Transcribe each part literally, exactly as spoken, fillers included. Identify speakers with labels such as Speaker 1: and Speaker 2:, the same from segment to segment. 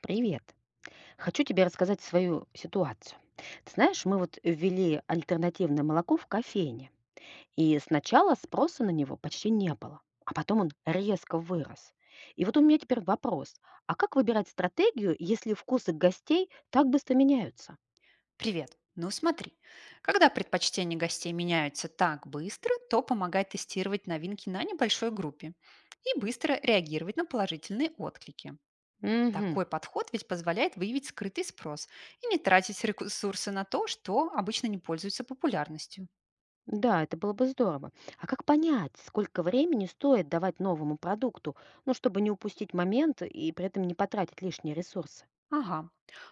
Speaker 1: Привет. Хочу тебе рассказать свою ситуацию. Ты знаешь, мы вот ввели альтернативное молоко в кофейне, и сначала спроса на него почти не было, а потом он резко вырос. И вот у меня теперь вопрос, а как выбирать стратегию, если вкусы гостей так быстро меняются?
Speaker 2: Привет. Ну смотри, когда предпочтения гостей меняются так быстро, то помогает тестировать новинки на небольшой группе и быстро реагировать на положительные отклики.
Speaker 1: Угу.
Speaker 2: Такой подход ведь позволяет выявить скрытый спрос и не тратить ресурсы на то, что обычно не пользуется популярностью.
Speaker 1: Да, это было бы здорово. А как понять, сколько времени стоит давать новому продукту, ну, чтобы не упустить момент и при этом не потратить лишние ресурсы?
Speaker 2: Ага.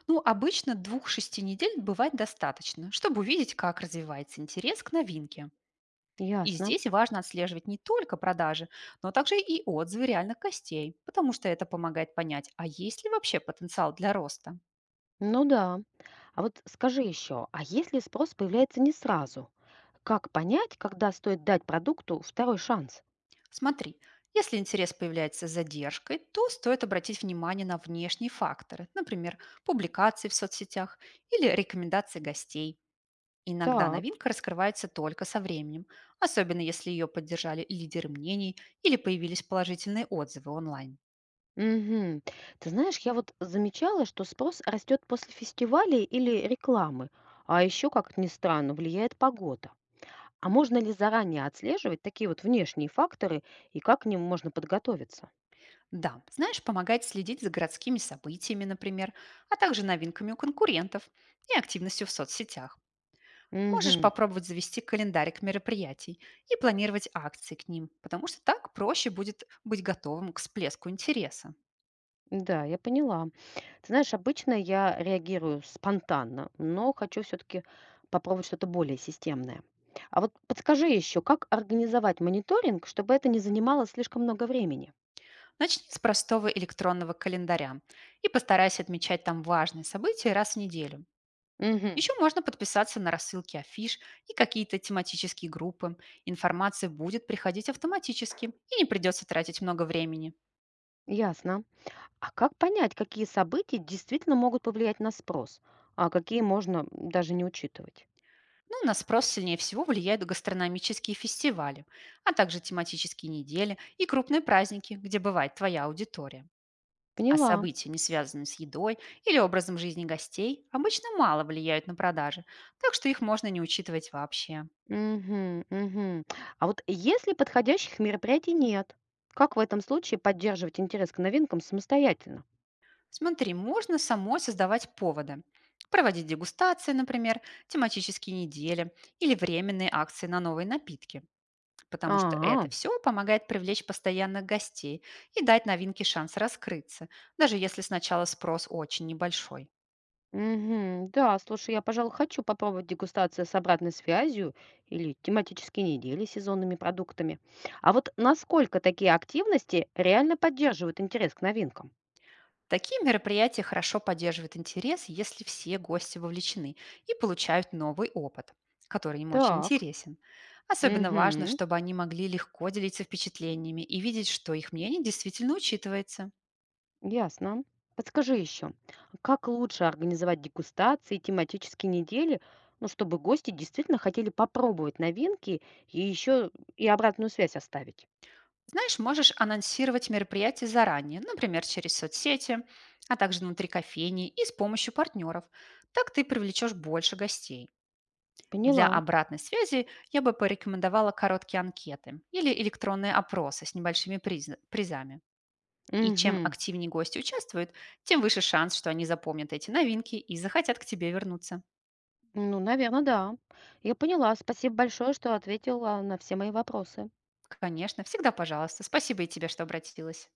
Speaker 2: Ну, обычно двух-шести недель бывает достаточно, чтобы увидеть, как развивается интерес к новинке. И
Speaker 1: Ясно.
Speaker 2: здесь важно отслеживать не только продажи, но также и отзывы реальных гостей, потому что это помогает понять, а есть ли вообще потенциал для роста.
Speaker 1: Ну да. А вот скажи еще, а если спрос появляется не сразу, как понять, когда стоит дать продукту второй шанс?
Speaker 2: Смотри, если интерес появляется с задержкой, то стоит обратить внимание на внешние факторы, например, публикации в соцсетях или рекомендации гостей. Иногда
Speaker 1: Так.
Speaker 2: новинка раскрывается только со временем, особенно если ее поддержали лидеры мнений или появились положительные отзывы онлайн.
Speaker 1: Угу. Ты знаешь, я вот замечала, что спрос растет после фестивалей или рекламы, а еще, как ни странно, влияет погода. А можно ли заранее отслеживать такие вот внешние факторы и как к ним можно подготовиться?
Speaker 2: Да, знаешь, помогает следить за городскими событиями, например, а также новинками у конкурентов и активностью в соцсетях. Можешь
Speaker 1: Угу.
Speaker 2: попробовать завести календарик мероприятий и планировать акции к ним, потому что так проще будет быть готовым к всплеску интереса.
Speaker 1: Да, я поняла. Ты знаешь, обычно я реагирую спонтанно, но хочу все-таки попробовать что-то более системное. А вот подскажи еще, как организовать мониторинг, чтобы это не занимало слишком много времени?
Speaker 2: Начни с простого электронного календаря и постарайся отмечать там важные события раз в неделю.
Speaker 1: Угу.
Speaker 2: Еще можно подписаться на рассылки афиш и какие-то тематические группы. Информация будет приходить автоматически и не придется тратить много времени.
Speaker 1: Ясно. А как понять, какие события действительно могут повлиять на спрос, а какие можно даже не учитывать?
Speaker 2: Ну, на спрос сильнее всего влияют гастрономические фестивали, а также тематические недели и крупные праздники, где бывает твоя аудитория. А
Speaker 1: Поняла.
Speaker 2: события, не связанные с едой или образом жизни гостей, обычно мало влияют на продажи, так что их можно не учитывать вообще.
Speaker 1: Угу, угу. А вот если подходящих мероприятий нет, как в этом случае поддерживать интерес к новинкам самостоятельно?
Speaker 2: Смотри, можно самой создавать поводы. Проводить дегустации, например, тематические недели или временные акции на новые напитки, потому что это
Speaker 1: А.
Speaker 2: все помогает привлечь постоянных гостей и дать новинке шанс раскрыться, даже если сначала спрос очень небольшой.
Speaker 1: Мгм. Да, слушай, я, пожалуй, хочу попробовать дегустацию с обратной связью или тематические недели с сезонными продуктами. А вот насколько такие активности реально поддерживают интерес к новинкам?
Speaker 2: Такие мероприятия хорошо поддерживают интерес, если все гости вовлечены и получают новый опыт, который им очень
Speaker 1: Так.
Speaker 2: интересен. Особенно
Speaker 1: Угу.
Speaker 2: важно, чтобы они могли легко делиться впечатлениями и видеть, что их мнение действительно учитывается.
Speaker 1: Ясно. Подскажи еще, как лучше организовать дегустации и тематические недели, ну, чтобы гости действительно хотели попробовать новинки и еще и обратную связь оставить?
Speaker 2: Знаешь, можешь анонсировать мероприятие заранее, например, через соцсети, а также внутри кофейни и с помощью партнеров. Так ты привлечешь больше гостей. Для
Speaker 1: Поняла.
Speaker 2: обратной связи я бы порекомендовала короткие анкеты или электронные опросы с небольшими приз- призами. И чем
Speaker 1: Угу.
Speaker 2: активнее гости участвуют, тем выше шанс, что они запомнят эти новинки и захотят к тебе вернуться.
Speaker 1: Ну, наверное, да. Я поняла. Спасибо большое, что ответила на все мои вопросы.
Speaker 2: Конечно, всегда пожалуйста. Спасибо и тебе, что обратилась.